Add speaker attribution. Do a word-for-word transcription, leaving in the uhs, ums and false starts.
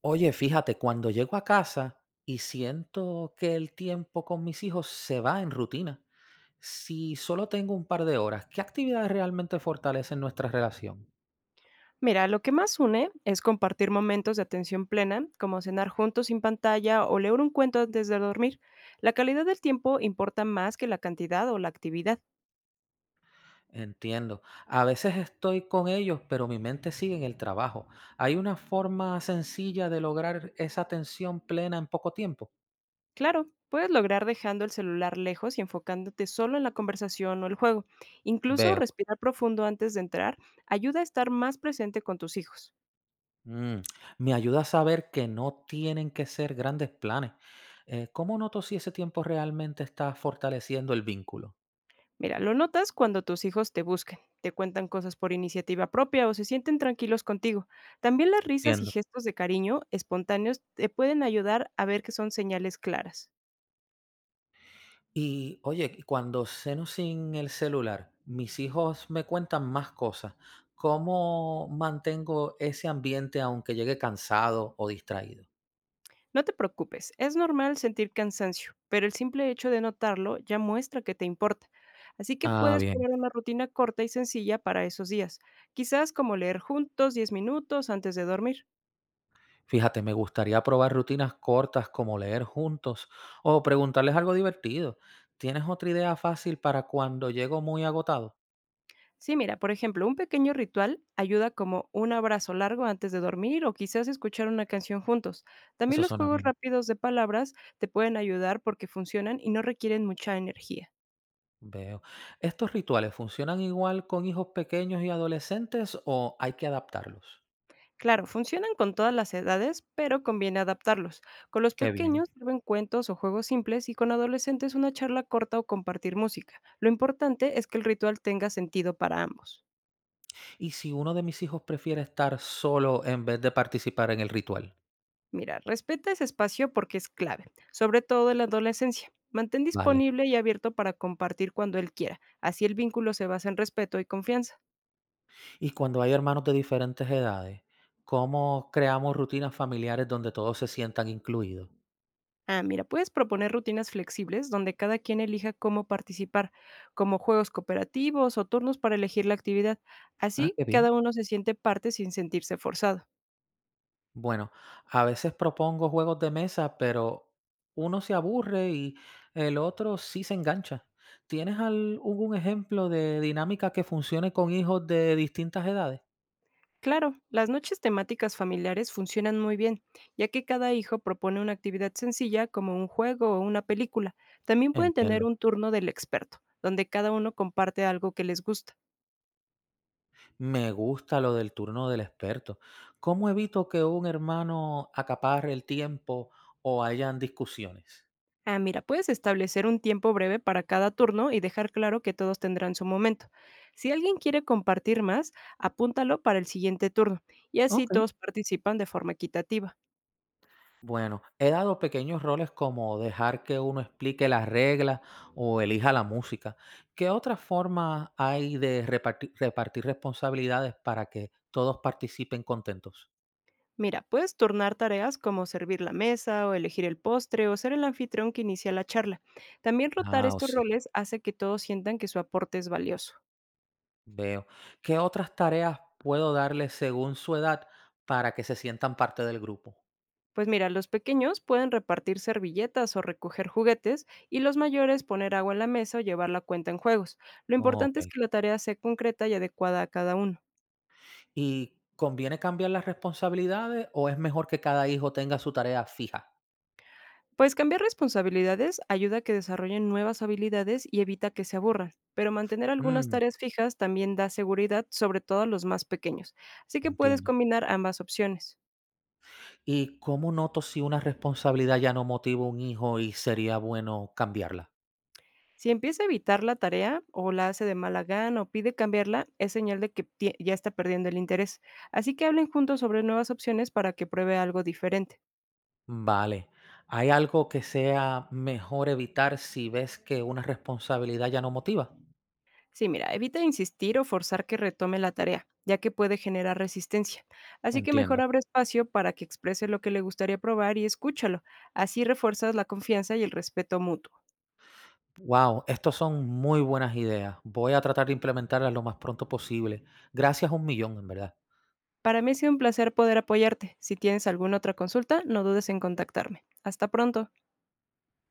Speaker 1: Oye, fíjate, cuando llego a casa y siento que el tiempo con mis hijos se va en rutina, si solo tengo un par de horas, ¿qué actividades realmente fortalecen nuestra relación?
Speaker 2: Mira, lo que más une es compartir momentos de atención plena, como cenar juntos sin pantalla o leer un cuento antes de dormir. La calidad del tiempo importa más que la cantidad o la actividad.
Speaker 1: Entiendo. A veces estoy con ellos, pero mi mente sigue en el trabajo. ¿Hay una forma sencilla de lograr esa atención plena en poco tiempo?
Speaker 2: Claro, puedes lograr dejando el celular lejos y enfocándote solo en la conversación o el juego. Incluso
Speaker 1: Veo.
Speaker 2: respirar profundo antes de entrar ayuda a estar más presente con tus hijos.
Speaker 1: Mm, me ayuda a saber que no tienen que ser grandes planes. Eh, ¿cómo noto si ese tiempo realmente está fortaleciendo el vínculo?
Speaker 2: Mira, lo notas cuando tus hijos te buscan, te cuentan cosas por iniciativa propia o se sienten tranquilos contigo. También las risas y
Speaker 1: Entiendo.
Speaker 2: gestos de cariño espontáneos te pueden ayudar a ver que son señales claras.
Speaker 1: Y oye, y cuando ceno sin el celular, mis hijos me cuentan más cosas. ¿Cómo mantengo ese ambiente aunque llegue cansado o distraído?
Speaker 2: No te preocupes, es normal sentir cansancio, pero el simple hecho de notarlo ya muestra que te importa. Así que
Speaker 1: Ah,
Speaker 2: puedes
Speaker 1: bien.
Speaker 2: probar una rutina corta y sencilla para esos días, quizás como leer juntos diez minutos antes de dormir.
Speaker 1: Fíjate, me gustaría probar rutinas cortas como leer juntos o preguntarles algo divertido. ¿Tienes otra idea fácil para cuando llego muy agotado?
Speaker 2: Sí, mira, por ejemplo, un pequeño ritual ayuda como un abrazo largo antes de dormir o quizás escuchar una canción juntos. También
Speaker 1: Eso
Speaker 2: los
Speaker 1: suena
Speaker 2: juegos
Speaker 1: bien,
Speaker 2: rápidos de palabras te pueden ayudar porque funcionan y no requieren mucha energía.
Speaker 1: veo. ¿Estos rituales funcionan igual con hijos pequeños y adolescentes o hay que adaptarlos?
Speaker 2: Claro, funcionan con todas las edades, pero conviene adaptarlos. Con los
Speaker 1: Qué bien.
Speaker 2: pequeños sirven cuentos o juegos simples y con adolescentes una charla corta o compartir música. Lo importante es que el ritual tenga sentido para ambos.
Speaker 1: ¿Y si uno de mis hijos prefiere estar solo en vez de participar en el ritual?
Speaker 2: Mira, respeta ese espacio porque es clave, sobre todo en la adolescencia. Mantén
Speaker 1: Vale.
Speaker 2: disponible y abierto para compartir cuando él quiera. Así el vínculo se basa en respeto y confianza.
Speaker 1: Y cuando hay hermanos de diferentes edades, ¿cómo creamos rutinas familiares donde todos se sientan incluidos?
Speaker 2: Ah, mira, puedes proponer rutinas flexibles donde cada quien elija cómo participar, como juegos cooperativos o turnos para elegir la actividad.
Speaker 1: Ah,
Speaker 2: Así,
Speaker 1: qué bien.
Speaker 2: cada uno se siente parte sin sentirse forzado.
Speaker 1: Bueno, a veces propongo juegos de mesa, pero uno se aburre y el otro sí se engancha. ¿Tienes algún ejemplo de dinámica que funcione con hijos de distintas edades?
Speaker 2: Claro, las noches temáticas familiares funcionan muy bien, ya que cada hijo propone una actividad sencilla como un juego o una película. También pueden tener
Speaker 1: Entiendo.
Speaker 2: un turno del experto, donde cada uno comparte algo que les gusta.
Speaker 1: Me gusta lo del turno del experto. ¿Cómo evito que un hermano acapare el tiempo o hayan discusiones?
Speaker 2: Ah, mira, puedes establecer un tiempo breve para cada turno y dejar claro que todos tendrán su momento. Si alguien quiere compartir más, apúntalo para el siguiente turno, y así
Speaker 1: Ok,
Speaker 2: todos participan de forma equitativa.
Speaker 1: bueno, he dado pequeños roles como dejar que uno explique las reglas o elija la música. ¿Qué otras formas hay de repartir, repartir responsabilidades para que todos participen contentos?
Speaker 2: Mira, puedes turnar tareas como servir la mesa o elegir el postre o ser el anfitrión que inicia la charla. También rotar
Speaker 1: Ah, o
Speaker 2: estos
Speaker 1: sí,
Speaker 2: roles hace que todos sientan que su aporte es valioso.
Speaker 1: veo. ¿Qué otras tareas puedo darles según su edad para que se sientan parte del grupo?
Speaker 2: Pues mira, los pequeños pueden repartir servilletas o recoger juguetes y los mayores poner agua en la mesa o llevar la cuenta en juegos. Lo importante es
Speaker 1: Ok.
Speaker 2: que la tarea sea concreta y adecuada a cada uno.
Speaker 1: ¿Y conviene cambiar las responsabilidades o es mejor que cada hijo tenga su tarea fija?
Speaker 2: Pues cambiar responsabilidades ayuda a que desarrollen nuevas habilidades y evita que se aburran, pero mantener algunas
Speaker 1: Mm,
Speaker 2: tareas fijas también da seguridad, sobre todo a los más pequeños. Así que puedes
Speaker 1: entiendo.
Speaker 2: combinar ambas opciones.
Speaker 1: ¿Y cómo noto si una responsabilidad ya no motiva a un hijo y sería bueno cambiarla?
Speaker 2: Si empieza a evitar la tarea o la hace de mala gana o pide cambiarla, es señal de que tie- ya está perdiendo el interés. Así que hablen juntos sobre nuevas opciones para que pruebe algo diferente.
Speaker 1: Vale. ¿Hay algo que sea mejor evitar si ves que una responsabilidad ya no motiva?
Speaker 2: Sí, mira, evita insistir o forzar que retome la tarea, ya que puede generar resistencia. Así que mejor
Speaker 1: Entiendo.
Speaker 2: abre espacio para que exprese lo que le gustaría probar y escúchalo. Así refuerzas la confianza y el respeto mutuo.
Speaker 1: Wow, estos son muy buenas ideas. Voy a tratar de implementarlas lo más pronto posible. Gracias un millón, en verdad.
Speaker 2: Para mí ha sido un placer poder apoyarte. Si tienes alguna otra consulta, no dudes en contactarme. Hasta pronto.